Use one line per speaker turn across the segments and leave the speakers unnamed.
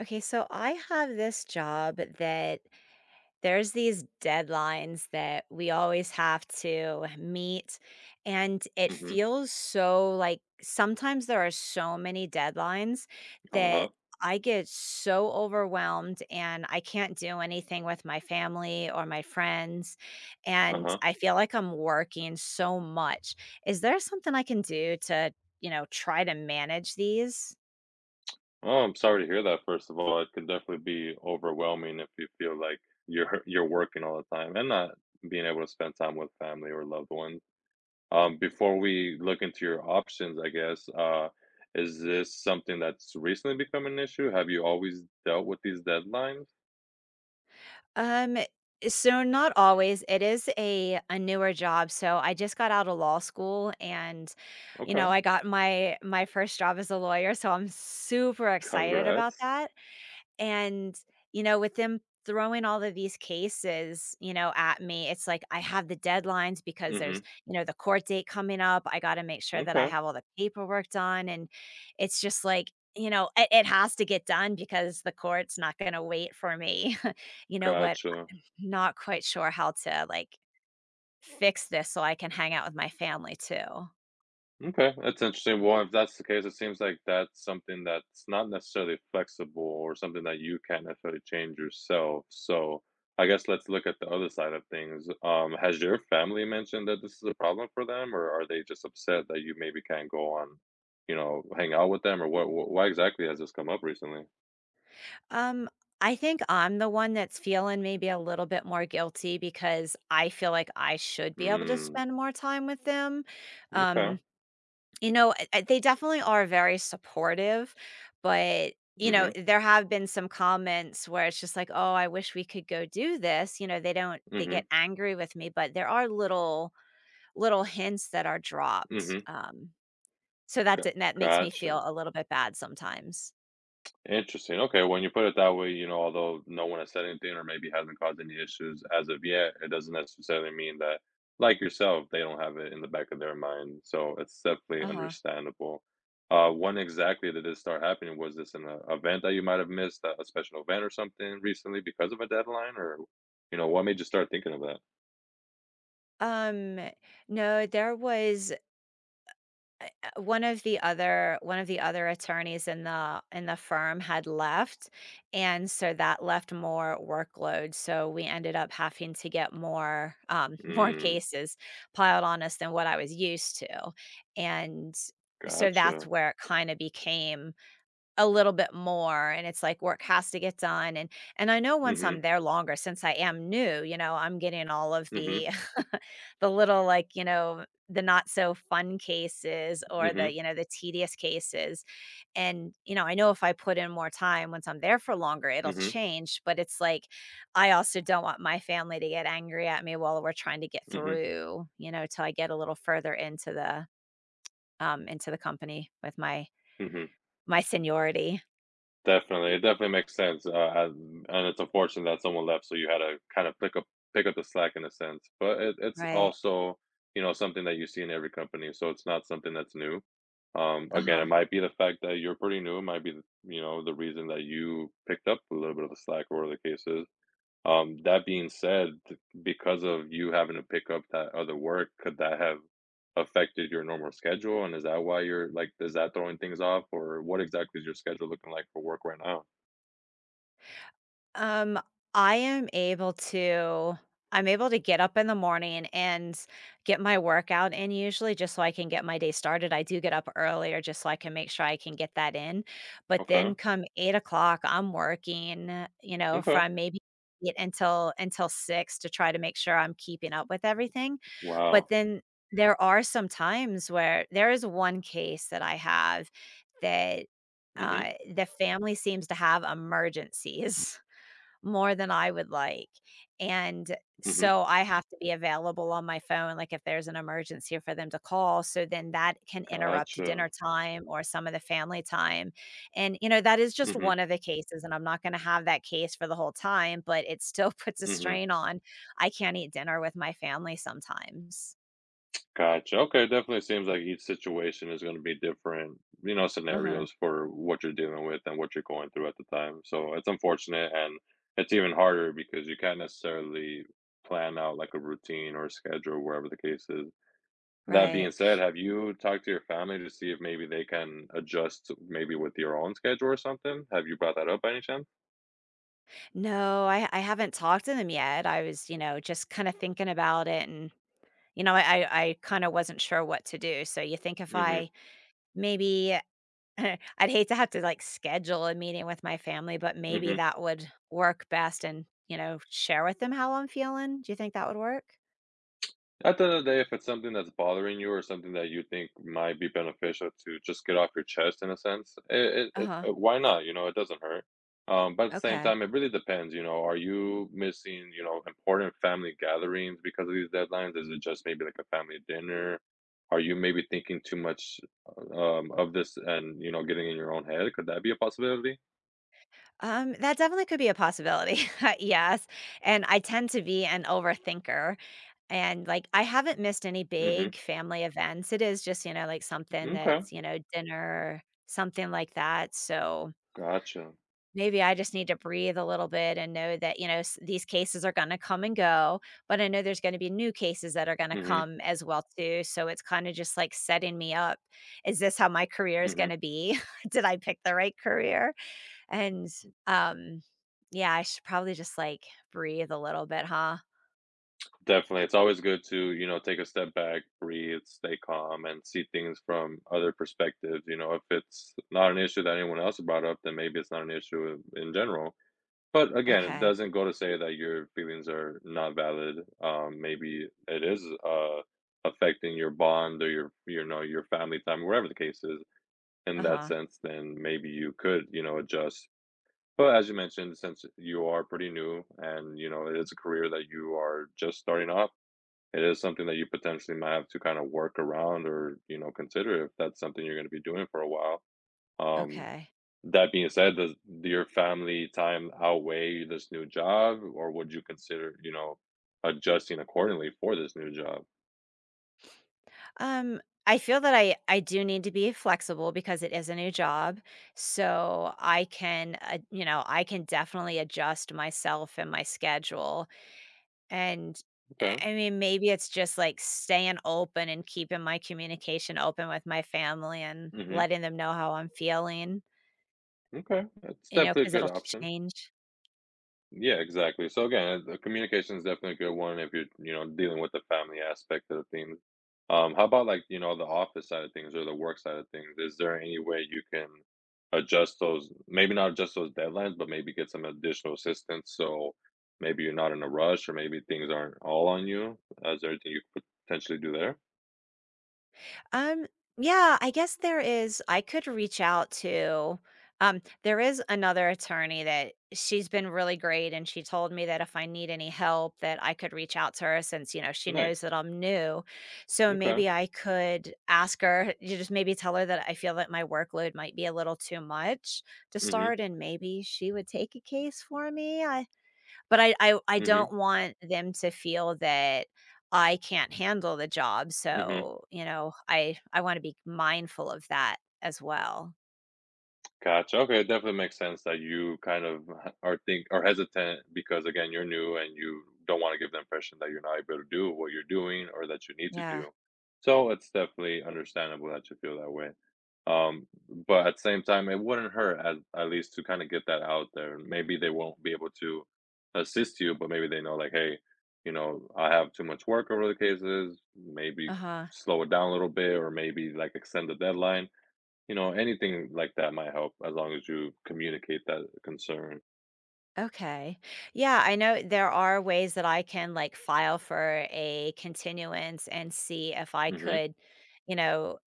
Okay, so I have this job that there's these deadlines that we always have to meet. And it
Mhm.
feels so like sometimes there are so many deadlines
Uh-huh.
that I get so overwhelmed and I can't do anything with my family or my friends. And
Uh-huh.
I feel like I'm working so much. Is there something I can do to, try to manage these?
Oh, I'm sorry to hear that, first of all. It could definitely be overwhelming if you feel like you're working all the time and not being able to spend time with family or loved ones. Before we look into your options, I guess, is this something that's recently become an issue? Have you always dealt with these deadlines?
Um, so not always. It is a newer job. So I just got out of law school and you know,
Okay.
I got my first job as a lawyer, so I'm super excited about
Congrats.
that. And you know, with them throwing all of these cases, you know, at me, it's like I have the deadlines because there's,
Mm-hmm.
you know, the court date coming up. I got to make sure that I
Okay.
have all the paperwork done and it's just like you know it has to get done because the court's not going to wait for me you know but
Gotcha.
not quite sure how to like fix this so I can hang out with my family too.
Okay, that's interesting. Well, if that's the case, it seems like that's something that's not necessarily flexible or something that you can't necessarily change yourself. So I guess let's look at the other side of things. Has your family mentioned that this is a problem for them, or are they just upset that you maybe can't go on, you know, hang out with them, or what? Why exactly has this come up recently?
Um, I think I'm the one that's feeling maybe a little bit more guilty because I feel like I should be able to
Mm,
spend more time with them.
okay.
Um, you know, they definitely are very supportive, but you know,
Mm-hmm.
there have been some comments where it's just like, "Oh, I wish we could go do this." You know, they don't they
Mm-hmm.
get angry with me, but there are little hints that are dropped.
Mm-hmm.
So
G-
that's it, and that makes me
Gotcha.
feel a little bit bad sometimes.
Interesting. Okay, when you put it that way, you know, although no one has said anything or maybe hasn't caused any issues as of yet, it doesn't necessarily mean that, like yourself, they don't have it in the back of their mind. So it's definitely
Uh-huh.
understandable. When exactly did this start happening? Was this an event that you might have missed, a special event or something recently because of a deadline, or you know, what made you start thinking of that?
Um, no, uh, one of the other attorneys in the firm had left, and so that left more workload, so we ended up having to get more, more
Mm,
cases piled on us than what I was used to, and so that's
gotcha.
where it kinda became a little bit more, and it's like work has to get done, and I know once
Mm-hmm.
I'm there longer, since I am new, you know, I'm getting all of
Mm-hmm.
the the little, like, you know, the not so fun cases or the,
Mm-hmm.
you know, the tedious cases, and, you know, I know if I put in more time once I'm there for longer, it'll
Mm-hmm.
change, but it's like, I also don't want my family to get angry at me while we're trying to get
Mm-hmm.
through, you know, till I get a little further into the company with my
Mm-hmm.
my seniority,
Definitely, it definitely makes sense, and it's unfortunate that someone left, so you had to kind of pick up the slack in a sense, but it's
right.
also, you know, something that you see in every company, so it's not something that's new. Again,
Uh-huh.
it might be the fact that you're pretty new, it might be, the, you know, the reason that you picked up a little bit of the slack or whatever the case is. That being said, because of you having to pick up that other work, could that have affected your normal schedule? And is that why you're like, is that throwing things off, or what exactly is your schedule looking like for work right now?
Um, I am able to I'm able to get up in the morning and get my workout in usually just so I can get my day started. I do get up earlier just so I can make sure I can get that in. But
Okay.
then come 8 o'clock, I'm working, you know,
Okay.
from maybe eight until six to try to make sure I'm keeping up with everything. But
Wow.
then there are some times where there is one case that I have that
Mm-hmm.
uh, the family seems to have emergencies. More than I would like, and
Mm-hmm.
so I have to be available on my phone, like, if there's an emergency for them to call, so then that can interrupt dinner
Gotcha.
time or some of the family time, and, you know, that is just
Mm-hmm.
one of the cases, and I'm not gonna have that case for the whole time, but it still puts a
Mm-hmm.
strain on I can't eat dinner with my family sometimes.
Gotcha. Okay, definitely seems like each situation is going to be different, you know,
Mhm.
scenarios for what you're dealing with and what you're going through at the time. So it's unfortunate and it's even harder because you can't necessarily plan out like a routine or a schedule, wherever the case is. That being
Right.
said, have you talked to your family to see if maybe they can adjust maybe with your own schedule or something? Have you brought that up by any chance?
No, I haven't talked to them yet, I was, you know, just kinda thinking about it and you know, I kinda wasn't sure what to do, so you think if
Mm-hmm.
I maybe I'd hate to have to, like, schedule a meeting with my family, but maybe
Mm-hmm.
that would work best and, you know, share with them how I'm feeling. Do you think that would work?
At the end of the day, if it's something that's bothering you or something that you think might be beneficial to just get off your chest in a sense, it
Uh-huh,
why not? It doesn't hurt. But at the same
okay.
time, it really depends. You know, are you missing, you know, important family gatherings because of these deadlines? Is it just maybe like a family dinner? Are you maybe thinking too much of this and, you know, getting in your own head? Could that be a possibility?
That definitely could be a possibility. Yes, and I tend to be an overthinker, and, like, I haven't missed any
Mm-hmm.
big family events. It is just, you know, like, something
Okay.
that's, you know, dinner, something like that, so
Gotcha.
maybe I just need to breathe a little bit and know that, these cases are going to come and go, but I know there's going to be new cases that are going to
Mm-hmm.
come as well too. So it's kind of just like setting me up. Is this how my career is going
Mm-hmm.
to be? Did I pick the right career? And um yeah, I should probably just like breathe a little bit, huh?
Definitely. It's always good to, you know, take a step back, breathe, stay calm, and see things from other perspectives. You know, if it's not an issue that anyone else brought up, then maybe it's not an issue in general. But again, it
Okay.
doesn't go to say that your feelings are not valid. Maybe it is affecting your bond or your, you know, your family time, whatever the case is. In that
Uh-huh.
sense, then maybe you could, you know, adjust. But as you mentioned, since you are pretty new and, you know, it is a career that you are just starting off, it is something that you potentially might have to kind of work around or you know consider if that's something you're going to be doing for a while. um
Okay.
that being said, does your family time outweigh this new job, or would you consider, you know, adjusting accordingly for this new job?
Um, I feel that I do need to be flexible because it is a new job. So I can, you know, I can definitely adjust myself and my schedule. And
Okay.
I mean, maybe it's just like staying open and keeping my communication open with my family and
Hmm,
letting them know how I'm feeling,
okay, that's
you know,
definitely a
because
good
it'll
option.
change.
Yeah, exactly. So again, the communication is definitely a good one if you're, you know, dealing with the family aspect of things. How about like, you know, the office side of things or the work side of things? Is there any way you can adjust those, maybe not adjust those deadlines, but maybe get some additional assistance so maybe you're not in a rush or maybe things aren't all on you? Is there anything you could potentially do there?
Um, yeah, I guess there is I could reach out to there is another attorney that she's been really great and she told me that if I need any help that I could reach out to her since, you know, she knows that
Nice.
I'm new. So
Okay.
maybe I could ask her, you just maybe tell her that I feel that my workload might be a little too much to
Mm-hmm.
start and maybe she would take a case for me. I but I don't
Mm-hmm.
want them to feel that I can't handle the job,
Mm-hmm.
so, you know, I wanna be mindful of that as well.
Gotcha. Okay, it definitely makes sense that you kind of are hesitant because again you're new and you don't want to give the impression that you're not able to do what you're doing or that you need to
Yeah.
do. So it's definitely understandable that you feel that way. Um, but at the same time, it wouldn't hurt at least to kind of get that out there. Maybe they won't be able to assist you, but maybe they know like, hey, you know, I have too much work over the cases. Maybe
Uh-huh.
slow it down a little bit, or maybe like extend the deadline, you know, anything like that might help as long as you communicate that concern.
Okay. Yeah, I know there are ways that I can, like, file for a continuance and see if I
Mhm.
could, you know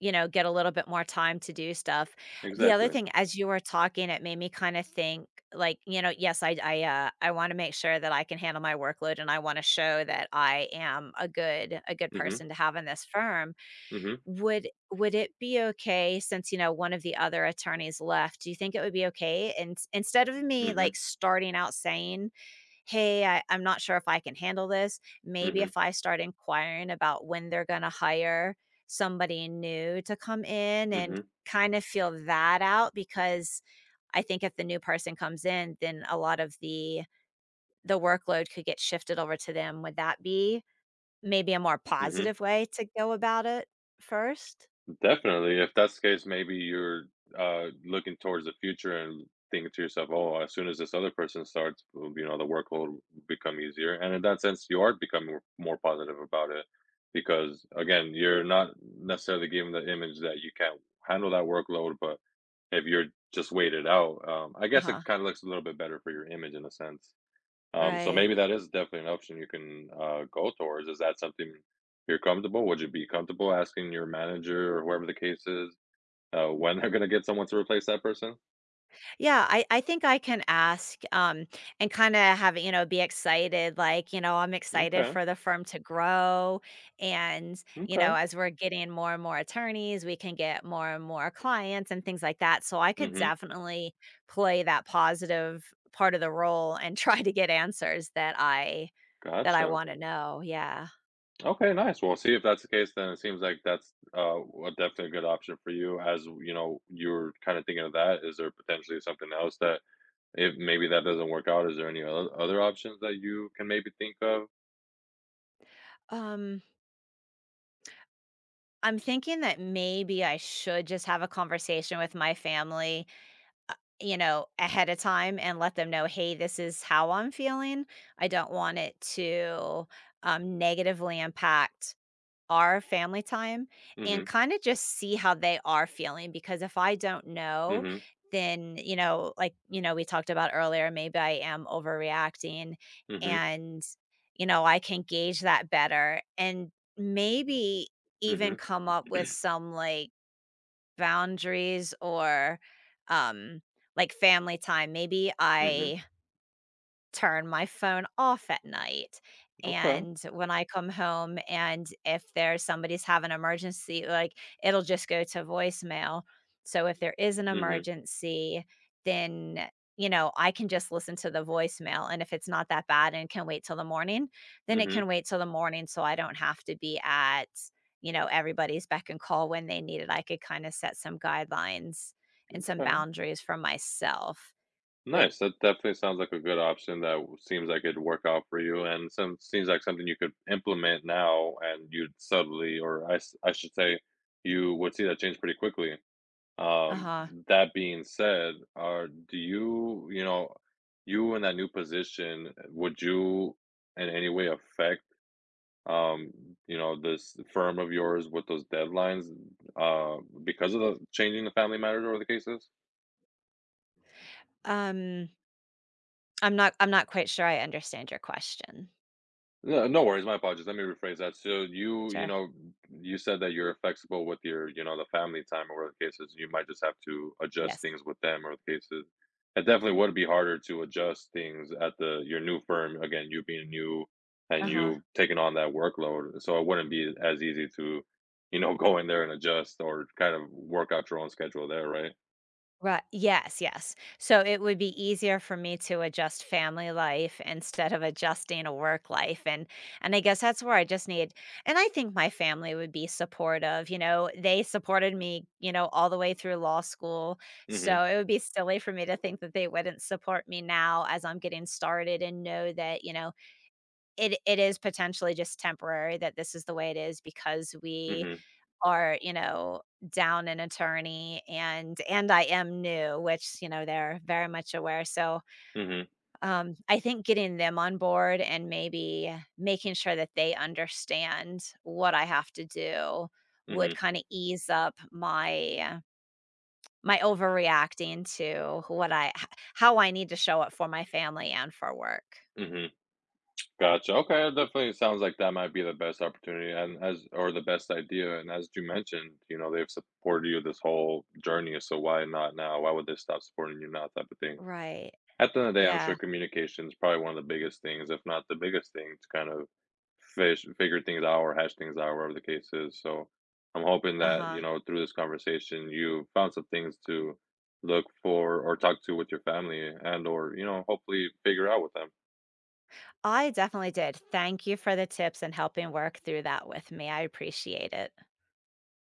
you know, get a little bit more time to do stuff. The other
Exactly.
thing, as you were talking, it made me kind of think like, you know, yes, I want to make sure that I can handle my workload and I want to show that I am a good
Mhm.
person to have in this firm.
Mhm.
Would it be okay since, you know, one of the other attorneys left? Do you think it would be okay and instead of me
Mhm.
like starting out saying hey, I'm not sure if I can handle this. Maybe
Mhm.
if I start inquiring about when they're going to hire somebody new to come in and
Mhm.
kind of feel that out because I think if the new person comes in, then a lot of the workload could get shifted over to them. Would that be maybe a more
Mhm.
positive way to go about it first?
Definitely. If that's the case, maybe you're looking towards the future and thinking to yourself, "Oh, as soon as this other person starts, well, you know, the workload will become easier." And in that sense, you are becoming more positive about it because, again, you're not necessarily given the image that you can't handle that workload. But if you're just waited out, I guess
Uh-huh.
it kind of looks a little bit better for your image in a sense. So
Right.
maybe that is definitely an option you can go towards. Is that something you're comfortable? Would you be comfortable asking your manager or whoever the case is, when they're going to get someone to replace that person?
Yeah, I think I can ask, and kinda have you know, be excited, like, you know, I'm excited
Okay,
for the firm to grow, and, you know,
okay,
as we're getting more and more attorneys, we can get more and more clients and things like that, so I could
mm-hmm,
definitely play that positive part of the role and try to get answers that I
gotcha.
wanna know, yeah.
Okay, nice. Well, see if that's the case. Then it seems like that's a definitely a good option for you. As you know, you're kind of thinking of that. Is there potentially something else that if maybe that doesn't work out? Is there any other options that you can maybe think of?
Um, I'm thinking that maybe I should just have a conversation with my family uh, you know, ahead of time and let them know, "Hey, this is how I'm feeling." I don't want it to negatively impact our family time
Mm-hmm.
and kinda just see how they are feeling because if I don't know,
Mm-hmm.
then, like, you know, we talked about earlier, maybe I am overreacting
Mm-hmm.
and, you know, I can gauge that better and maybe
Mm-hmm.
even come up with some, like boundaries or, um, like, family time. Maybe
Mm-hmm.
I turn my phone off at night,
Okay.
and when I come home and if there's somebody's having an emergency, like, it'll just go to voicemail, so if there is an
Mhm,
emergency, then, you know, I can just listen to the voicemail, and if it's not that bad and can wait till the morning, then it
mhm,
can wait till the morning so I don't have to be at, you know, everybody's beck and call when they need it, I could kinda set some guidelines and some
okay,
boundaries for myself with
nice, that definitely sounds like a good option that w seems like it'd work out for you and some seems like something you could implement now and you'd subtly or I should say, you would see that change pretty quickly. Um,
uh-huh.
that being said, are do you you know, you in that new position, would you in any way affect, um, you know, this firm of yours with those deadlines, uh, because of the changing the family matters or the cases?
Um I'm not quite sure I understand your question.
No, no worries. My apologies. Let me rephrase that. So you
Sure.
know, you said that you're flexible with your, you know, the family time or whatever the case is. You might just have to adjust
Yes.
things with them or the cases. It definitely would be harder to adjust things at the your new firm. Again, you being new and
Uh-huh.
you taking on that workload. So it wouldn't be as easy to, you know, go in there and adjust or kind of work out your own schedule there, right?
Right. Yes, yes. So it would be easier for me to adjust family life instead of adjusting a work life and I guess that's where I just need and I think my family would be supportive, you know, they supported me, you know, all the way through law school.
Mm-hmm.
So it would be silly for me to think that they wouldn't support me now as I'm getting started and know that, you know, it is potentially just temporary that this is the way it is because we
Mm-hmm.
are, you know, down an attorney and I am new, which, you know, they're very much aware. So,
Mm-hmm.
I think getting them on board and maybe making sure that they understand what I have to do
Mm-hmm.
would kind of ease up my my overreacting to how I need to show up for my family and for work.
Mm-hmm. Gotcha. Okay, it definitely sounds like that might be the best opportunity and as or the best idea. And as you mentioned, you know, they've supported you this whole journey, so why not now? Why would they stop supporting you now? Type of thing.
Right.
At the end of the day, I'm
Yeah.
sure communication is probably one of the biggest things, if not the biggest thing, to kind of fish figure things out or hash things out, whatever the case is. So I'm hoping that,
Uh-huh.
you know, through this conversation you found some things to look for or talk to with your family, and or, you know, hopefully figure out with them.
I definitely did. Thank you for the tips and helping work through that with me. I appreciate it.